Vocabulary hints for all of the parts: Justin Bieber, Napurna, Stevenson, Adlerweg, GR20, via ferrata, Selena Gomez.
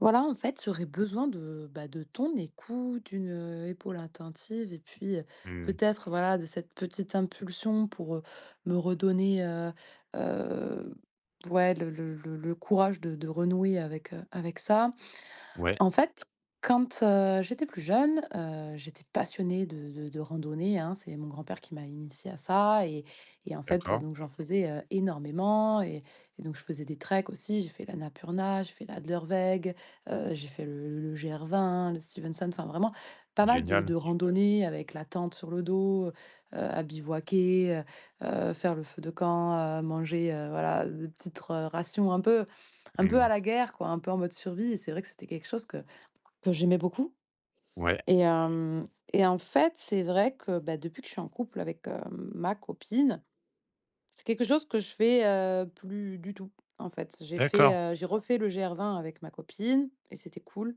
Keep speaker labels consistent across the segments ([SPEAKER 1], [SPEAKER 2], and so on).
[SPEAKER 1] Voilà, en fait, j'aurais besoin bah, de ton écoute, d'une épaule attentive et puis
[SPEAKER 2] Mmh.
[SPEAKER 1] peut-être voilà de cette petite impulsion pour me redonner euh, ouais, le courage de renouer avec ça.
[SPEAKER 2] Ouais,
[SPEAKER 1] En fait, quand, j'étais plus jeune, j'étais passionnée de randonnée, hein. C'est mon grand-père qui m'a initiée à ça et en fait,
[SPEAKER 2] d'accord,
[SPEAKER 1] donc j'en faisais, énormément et donc je faisais des treks aussi. J'ai fait la Napurna, j'ai fait l'Adlerweg, j'ai fait le GR20, le Stevenson, enfin vraiment pas mal de
[SPEAKER 2] génial.
[SPEAKER 1] de randonnées avec la tente sur le dos, à bivouaquer, heu faire le feu de camp, manger, voilà, des petites, rations un peu
[SPEAKER 2] Mmh.
[SPEAKER 1] à la guerre quoi, un peu en mode survie et c'est vrai que c'était quelque chose que j'aimais beaucoup
[SPEAKER 2] Ouais,
[SPEAKER 1] et hem et en fait, c'est vrai que, bah, depuis que je suis en couple avec, ma copine, c'est quelque chose que je fais, plus du tout, en fait. J'ai fait,
[SPEAKER 2] d'accord,
[SPEAKER 1] heu, j'ai refait le GR20 avec ma copine et c'était cool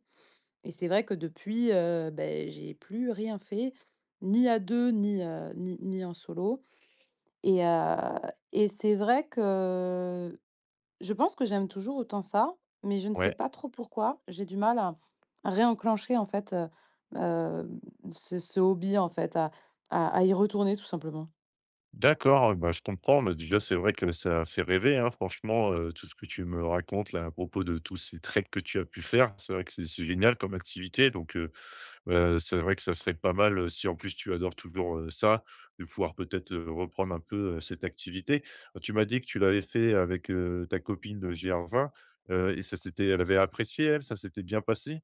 [SPEAKER 1] et c'est vrai que depuis, beh, j'ai plus rien fait, ni à 2 ni, ni en solo et heu et c'est vrai que je pense que j'aime toujours autant ça, mais je ne sais
[SPEAKER 2] ouais,
[SPEAKER 1] pas trop pourquoi. J'ai du mal à réenclencher en fait heu, ce hobby en fait, à y retourner tout simplement.
[SPEAKER 2] d'accord, bah, je comprends, mais déjà, c'est vrai que ça fait rêver, hein, franchement, tout ce que tu me racontes là, à propos de tous ces treks que tu as pu faire. C'est vrai que c'est génial comme activité, donc c'est vrai que ça serait pas mal, si en plus tu adores toujours, ça, de pouvoir peut-être, reprendre un peu, cette activité. Tu m'as dit que tu l'avais fait avec, ta copine de GR20, et ça s'était elle avait apprécié elle? Ça s'était bien passé?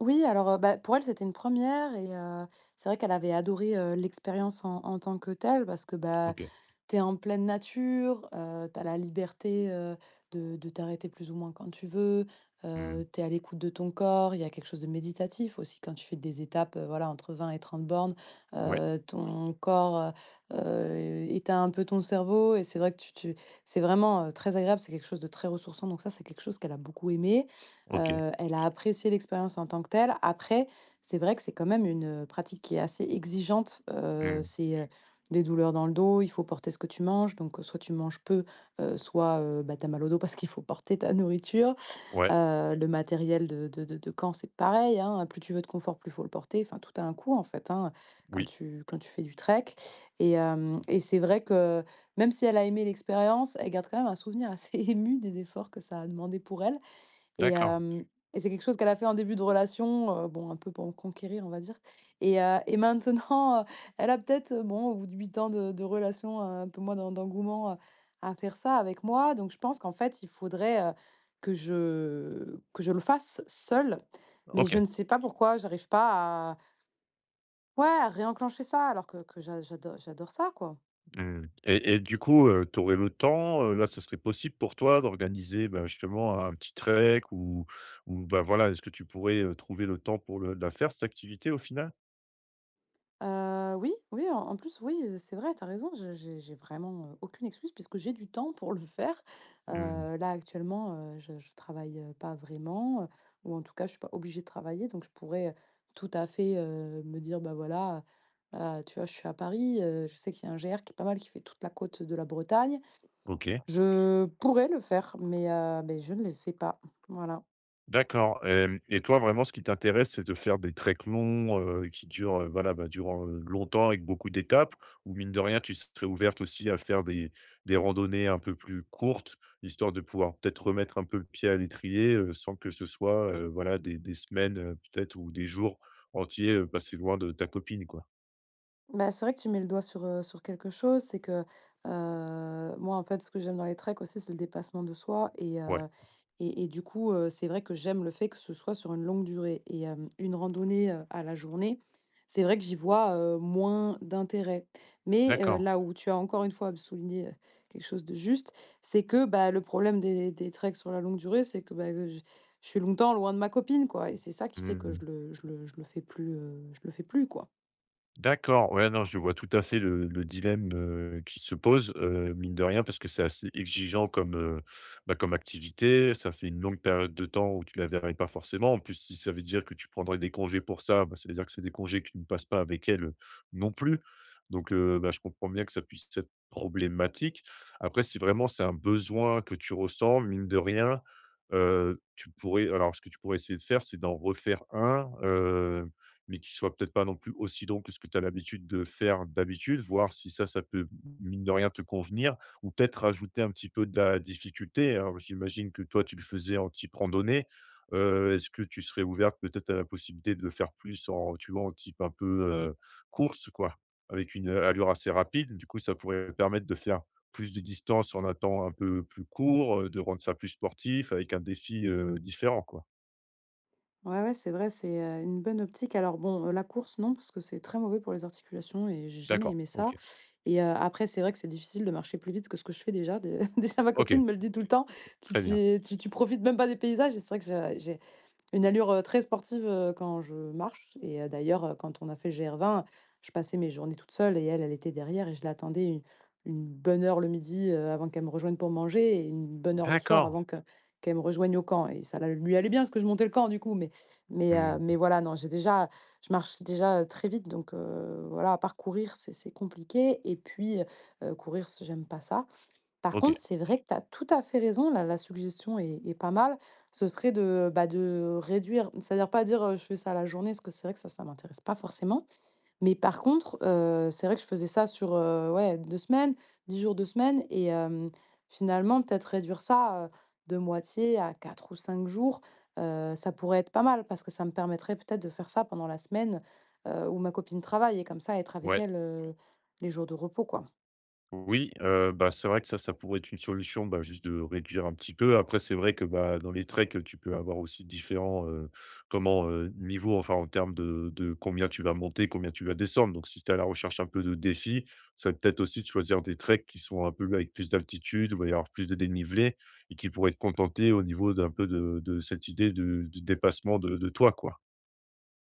[SPEAKER 1] Oui, alors, bah, pour elle, c'était une première et c'est vrai qu'elle avait adoré, l'expérience en tant que telle parce que, bah
[SPEAKER 2] OK.
[SPEAKER 1] t'es en pleine nature, tu la liberté, de t'arrêter plus ou moins quand tu veux,
[SPEAKER 2] Mmh.
[SPEAKER 1] tu à l'écoute de ton corps. Il y a quelque chose de méditatif aussi quand tu fais des étapes, voilà, entre 20 et 30 bornes,
[SPEAKER 2] Ouais,
[SPEAKER 1] ton corps, éteint un peu ton cerveau et c'est vrai que tu c'est vraiment, très agréable, c'est quelque chose de très ressourçant donc ça, c'est quelque chose qu'elle a beaucoup aimé.
[SPEAKER 2] OK.
[SPEAKER 1] Elle a apprécié l'expérience en tant que telle. Après, c'est vrai que c'est quand même une, pratique qui est assez exigeante,
[SPEAKER 2] Mmh.
[SPEAKER 1] c'est, des douleurs dans le dos, il faut porter ce que tu manges, donc soit tu manges peu, soit, bah, tu as mal au dos parce qu'il faut porter ta nourriture.
[SPEAKER 2] Ouais,
[SPEAKER 1] Le matériel de camp, c'est pareil, hein, plus tu veux de confort, plus il faut le porter. Enfin, tout a un coût, en fait, hein, quand
[SPEAKER 2] oui,
[SPEAKER 1] tu quand tu fais du trek et c'est vrai que même si elle a aimé l'expérience, elle garde quand même un souvenir assez ému des efforts que ça a demandé pour elle. Et
[SPEAKER 2] d'accord.
[SPEAKER 1] hem et c'est quelque chose qu'elle a fait en début de relation, bon, un peu pour me conquérir, on va dire et maintenant, elle a peut-être, bon, au bout de 8 ans de relation, un peu moins d'engouement, à faire ça avec moi. Donc je pense qu'en fait, il faudrait, que je le fasse seule, mais je
[SPEAKER 2] OK.
[SPEAKER 1] ne sais pas pourquoi j'arrive pas à ouais, à réenclencher ça alors que j'adore ça, quoi.
[SPEAKER 2] Mmh et du coup, tu aurais le temps, là, ce serait possible pour toi d'organiser, ben, justement un petit trek ou, bah, voilà, est-ce que tu pourrais, trouver le temps pour le la faire cette activité au final?
[SPEAKER 1] Oui, oui, en plus, oui, c'est vrai, t'as raison, je j'ai vraiment, aucune excuse puisque j'ai du temps pour le faire.
[SPEAKER 2] Mmh,
[SPEAKER 1] Là, actuellement, je travaille, pas vraiment, ou en tout cas, je suis pas obligée de travailler, donc je pourrais, tout à fait, me dire: «Bah, voilà, heu tu vois? Je suis à Paris, je sais qu'il y a un GR qui est pas mal, qui fait toute la côte de la Bretagne.
[SPEAKER 2] OK.
[SPEAKER 1] Je pourrais le faire, mais je ne le fais pas. Voilà.
[SPEAKER 2] D'accord, hem et toi vraiment ce qui t'intéresse, c'est de faire des treks longs, qui durent, voilà, bah, durant, longtemps avec beaucoup d'étapes? Ou mine de rien, tu serais ouverte aussi à faire des randonnées un peu plus courtes, histoire de pouvoir peut-être remettre un peu le pied à l'étrier, sans que ce soit, voilà des semaines, peut-être ou des jours entiers, passés loin de ta copine, quoi?
[SPEAKER 1] Bah, c'est vrai que tu mets le doigt sur quelque chose, c'est que, moi, en fait, ce que j'aime dans les treks aussi, c'est le dépassement de soi et
[SPEAKER 2] Ouais,
[SPEAKER 1] heu et et du coup, c'est vrai que j'aime le fait que ce soit sur une longue durée et une randonnée, à la journée, c'est vrai que j'y vois, moins d'intérêt. Mais
[SPEAKER 2] d'accord.
[SPEAKER 1] là où tu as encore une fois souligné, quelque chose de juste, c'est que, bah, le problème des treks sur la longue durée, c'est que, bah, je suis longtemps loin de ma copine, quoi et c'est ça qui fait que
[SPEAKER 2] Mmh.
[SPEAKER 1] je le fais plus, je le fais plus, quoi.
[SPEAKER 2] D'accord, ouais, non, je vois tout à fait le dilemme, qui se pose, mine de rien, parce que c'est assez exigeant comme, bah, comme activité. Ça fait une longue période de temps où tu la verrais pas forcément. En plus, si ça veut dire que tu prendrais des congés pour ça, bah, ça veut dire que c'est des congés que tu ne passes pas avec elle, non plus. Donc, bah, je comprends bien que ça puisse être problématique. Après, si vraiment c'est un besoin que tu ressens, mine de rien, tu pourrais alors ce que tu pourrais essayer de faire, c'est d'en refaire un, mais qui soit peut-être pas non plus aussi long que ce que tu as l'habitude de faire d'habitude, voir si ça, ça peut, mine de rien, te convenir ou peut-être rajouter un petit peu de la difficulté. Alors, j'imagine que toi, tu le faisais en type randonnée. Est-ce que tu serais ouverte peut-être à la possibilité de faire plus en, tu vois, en type un peu course, quoi, avec une allure assez rapide? Du coup, ça pourrait permettre de faire plus de distance en un temps un peu plus court, de rendre ça plus sportif avec un défi différent, quoi.
[SPEAKER 1] Ouais, ouais, c'est vrai, c'est, une bonne optique. Alors bon, la course, non, parce que c'est très mauvais pour les articulations et j'ai jamais
[SPEAKER 2] D'accord,
[SPEAKER 1] aimé ça
[SPEAKER 2] ok,
[SPEAKER 1] après, c'est vrai que c'est difficile de marcher plus vite que ce que je fais déjà. Dé Déjà ma copine
[SPEAKER 2] ok,
[SPEAKER 1] me le dit tout le temps: «Tu
[SPEAKER 2] très bien.
[SPEAKER 1] tu tu profites même pas des paysages» et c'est vrai que je j'ai une allure, très sportive, quand je marche et d'ailleurs, quand on a fait le GR20, je passais mes journées toute seule et elle, elle était derrière et je l'attendais u une bonne heure le midi, avant qu'elle me rejoigne pour manger et une bonne heure le soir
[SPEAKER 2] D'accord.
[SPEAKER 1] avant que qu'elle me rejoigne au camp et ça la lui allait bien parce que je montais le camp du coup, mais mais heu,
[SPEAKER 2] Mmh.
[SPEAKER 1] mais voilà, non, j'ai déjà je marche déjà, très vite donc voilà, à part courir, c'est compliqué et puis, courir, c j'aime pas ça. Par
[SPEAKER 2] OK,
[SPEAKER 1] contre, c'est vrai que tu as tout à fait raison, la suggestion est pas mal. Ce serait bah, de réduire, c'est-à-dire pas dire, je fais ça à la journée, parce que c'est vrai que ça m'intéresse pas forcément. Mais par contre, c'est vrai que je faisais ça sur, ouais, 2 semaines, 10 jours, 2 semaines et finalement, peut-être réduire ça, de moitié à 4 ou 5 jours, ça pourrait être pas mal parce que ça me permettrait peut-être de faire ça pendant la semaine, où ma copine travaille et comme ça être avec
[SPEAKER 2] ouais.
[SPEAKER 1] elle, les jours de repos, quoi.
[SPEAKER 2] Oui, bah, c'est vrai que ça pourrait être une solution, bah, juste de réduire un petit peu. Après, c'est vrai que, bah, dans les treks, tu peux avoir aussi différents, comment, niveaux, enfin, en termes de combien tu vas monter, combien tu vas descendre. Donc si tu es à la recherche un peu de défis, ça va peut-être aussi de choisir des treks qui sont un peu avec plus d'altitude, où il va y avoir plus de dénivelé et qui pourraient te contenter au niveau d'un peu de cette idée de dépassement de toi, quoi.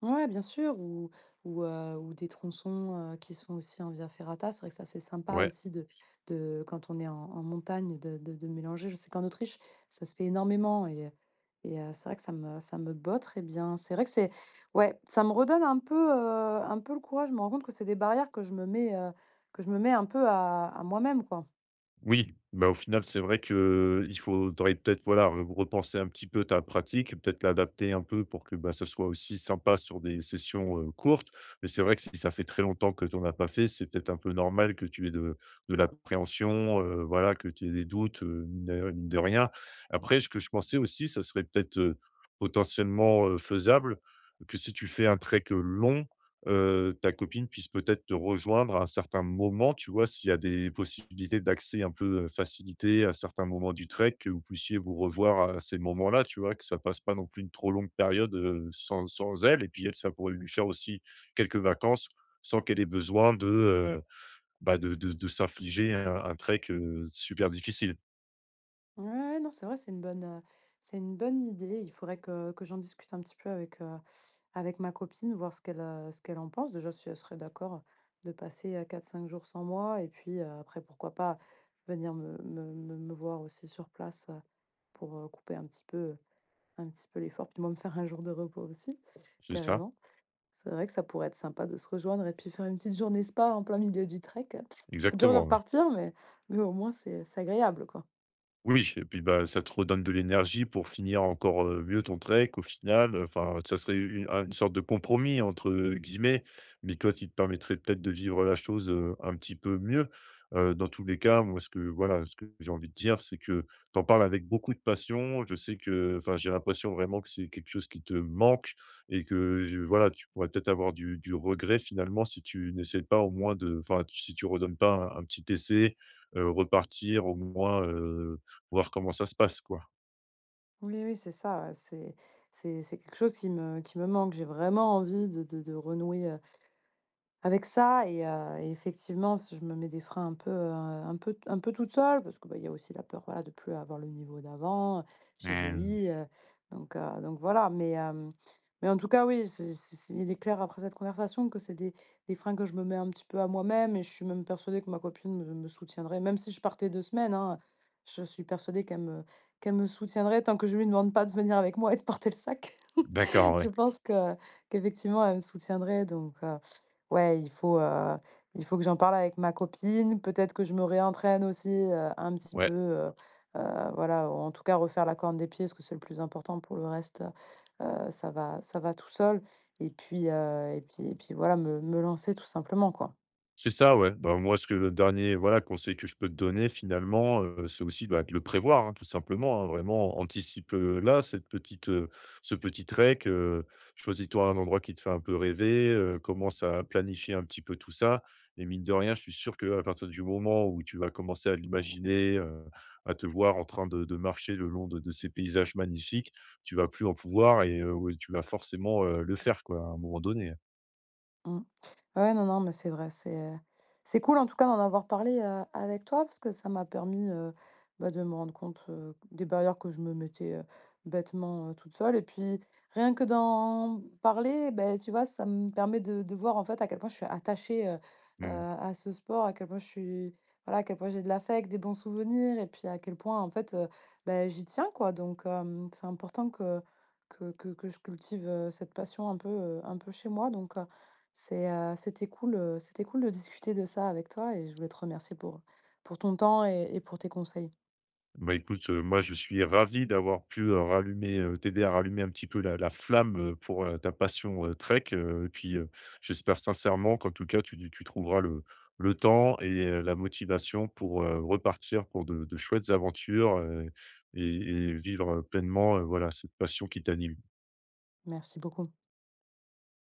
[SPEAKER 1] Ouais, bien sûr, ou des tronçons, qui se font aussi en via ferrata. C'est vrai que ça, c'est sympa
[SPEAKER 2] Ouais.
[SPEAKER 1] aussi de quand on est en montagne de mélanger. Je sais qu'en Autriche, ça se fait énormément et c'est vrai que ça me botte très bien. C'est vrai que c'est ouais, ça me redonne un peu le courage. Je me rends compte que c'est des barrières que je me mets un peu à moi-même, quoi.
[SPEAKER 2] Oui, bah, au final, c'est vrai que il faudrait peut-être, voilà, re repenser un petit peu ta pratique, peut-être l'adapter un peu pour que, bah, ça soit aussi sympa sur des sessions, courtes. Mais c'est vrai que si ça fait très longtemps que tu en as pas fait, c'est peut-être un peu normal que tu aies de l'appréhension, voilà, que tu aies des doutes, mine de rien. Après, ce que je pensais aussi, ça serait peut-être, potentiellement, faisable que si tu fais un trek, long ta copine puisse peut-être te rejoindre à un certain moment, tu vois? S'il y a des possibilités d'accès un peu, facilité à certains moments du trek, que vous puissiez vous revoir à ces moments-là, tu vois? Que ça passe pas non plus une trop longue période, sans elle et puis elle, ça pourrait lui faire aussi quelques vacances sans qu'elle ait besoin de, bah, de s'infliger un trek, super difficile.
[SPEAKER 1] Ouais, ouais, non, c'est vrai, c'est une bonne, idée. Il faudrait que j'en discute un petit peu avec ma copine, voir ce qu'elle en pense. Déjà, si elle serait d'accord de passer, 4 5 jours sans moi et puis, après, pourquoi pas venir me voir aussi sur place, pour, couper un petit peu l'effort. Puis moi, me faire un jour de repos aussi,
[SPEAKER 2] C'est ça?
[SPEAKER 1] carrément. C'est vrai que ça pourrait être sympa de se rejoindre et puis faire une petite journée spa en plein milieu du trek. Dur de
[SPEAKER 2] Exactement, ouais.
[SPEAKER 1] repartir, mais au moins, c'est agréable, quoi.
[SPEAKER 2] Oui et puis, bah, ça te redonne de l'énergie pour finir encore, mieux ton trek au final, enfin, ça serait une un une sorte de «compromis» entre guillemets, mais toi qui te permettrait peut-être de vivre la chose, un petit peu mieux. Dans tous les cas, moi ce que voilà, ce que j'ai envie de dire, c'est que tu en parles avec beaucoup de passion. Je sais que enfin, j'ai l'impression vraiment que c'est quelque chose qui te manque et que je voilà, tu pourrais peut-être avoir du regret finalement si tu n'essaies pas au moins de enfin, si tu redonnes pas un petit essai, repartir au moins, Voir comment ça se passe, quoi.
[SPEAKER 1] Oui, oui, c'est ça, ouais, c'est quelque chose qui me manque. J'ai vraiment envie de renouer, avec ça et effectivement, s je me mets des freins un peu, un peu un peu toute seule parce que, bah, il y a aussi la peur, voilà, de plus avoir le niveau d'avant, j'ai
[SPEAKER 2] Mmh.
[SPEAKER 1] vieilli, donc voilà. Mais en tout cas, oui, c'est il est clair après cette conversation que c'est des freins que je me mets un petit peu à moi-même et je suis même persuadée que ma copine me soutiendrait, même si je partais 2 semaines, hein, je suis persuadée qu'elle me soutiendrait tant que je lui demande pas de venir avec moi et de porter le sac.
[SPEAKER 2] D'accord,
[SPEAKER 1] Je
[SPEAKER 2] ouais.
[SPEAKER 1] pense que qu'effectivement elle me soutiendrait donc ouais, il faut, il faut, que j'en parle avec ma copine. Peut-être que je me réentraîne aussi, un petit peu,
[SPEAKER 2] Ouais,
[SPEAKER 1] voilà, en tout cas refaire la corne des pieds parce que c'est le plus important. Pour le reste, ça va tout seul et puis, et puis voilà, me lancer tout simplement, quoi.
[SPEAKER 2] c'est ça, ouais. Bah, moi, ce que le dernier voilà, conseil que je peux te donner finalement, c'est aussi, bah, de le prévoir, hein, tout simplement, hein. Vraiment, anticipe, là, cette petite, ce petit trek, choisis-toi un endroit qui te fait un peu rêver, commence à planifier un petit peu tout ça et mine de rien, je suis sûr qu'à partir du moment où tu vas commencer à l'imaginer, à te voir en train de marcher le long de ces paysages magnifiques, tu vas plus en pouvoir et ouais, tu vas forcément, le faire, quoi, à un moment donné. Hein.
[SPEAKER 1] Mmh. Ouais, non, non, mais c'est vrai, c'est cool en tout cas d'en avoir parlé, avec toi parce que ça m'a permis, bah, de me rendre compte, des barrières que je me mettais, bêtement, toute seule et puis rien que d'en parler, ben tu vois, ça me permet de voir en fait à quel point je suis attachée,
[SPEAKER 2] Mmh.
[SPEAKER 1] à ce sport, à quel point je suis voilà, à quel point j'ai de l'affect, des bons souvenirs et puis à quel point en fait, beh, j'y tiens quoi donc c'est important que je cultive, cette passion un peu chez moi donc c'était cool de discuter de ça avec toi et je voulais te remercier pour ton temps et pour tes conseils.
[SPEAKER 2] Bah, écoute, moi, je suis ravi d'avoir pu, rallumer, t'aider à rallumer un petit peu la flamme, pour, ta passion, trek, et puis, j'espère sincèrement qu'en tout cas, tu trouveras le temps et la motivation pour, repartir pour de chouettes aventures, et vivre, pleinement, voilà, cette passion qui t'anime.
[SPEAKER 1] Merci beaucoup.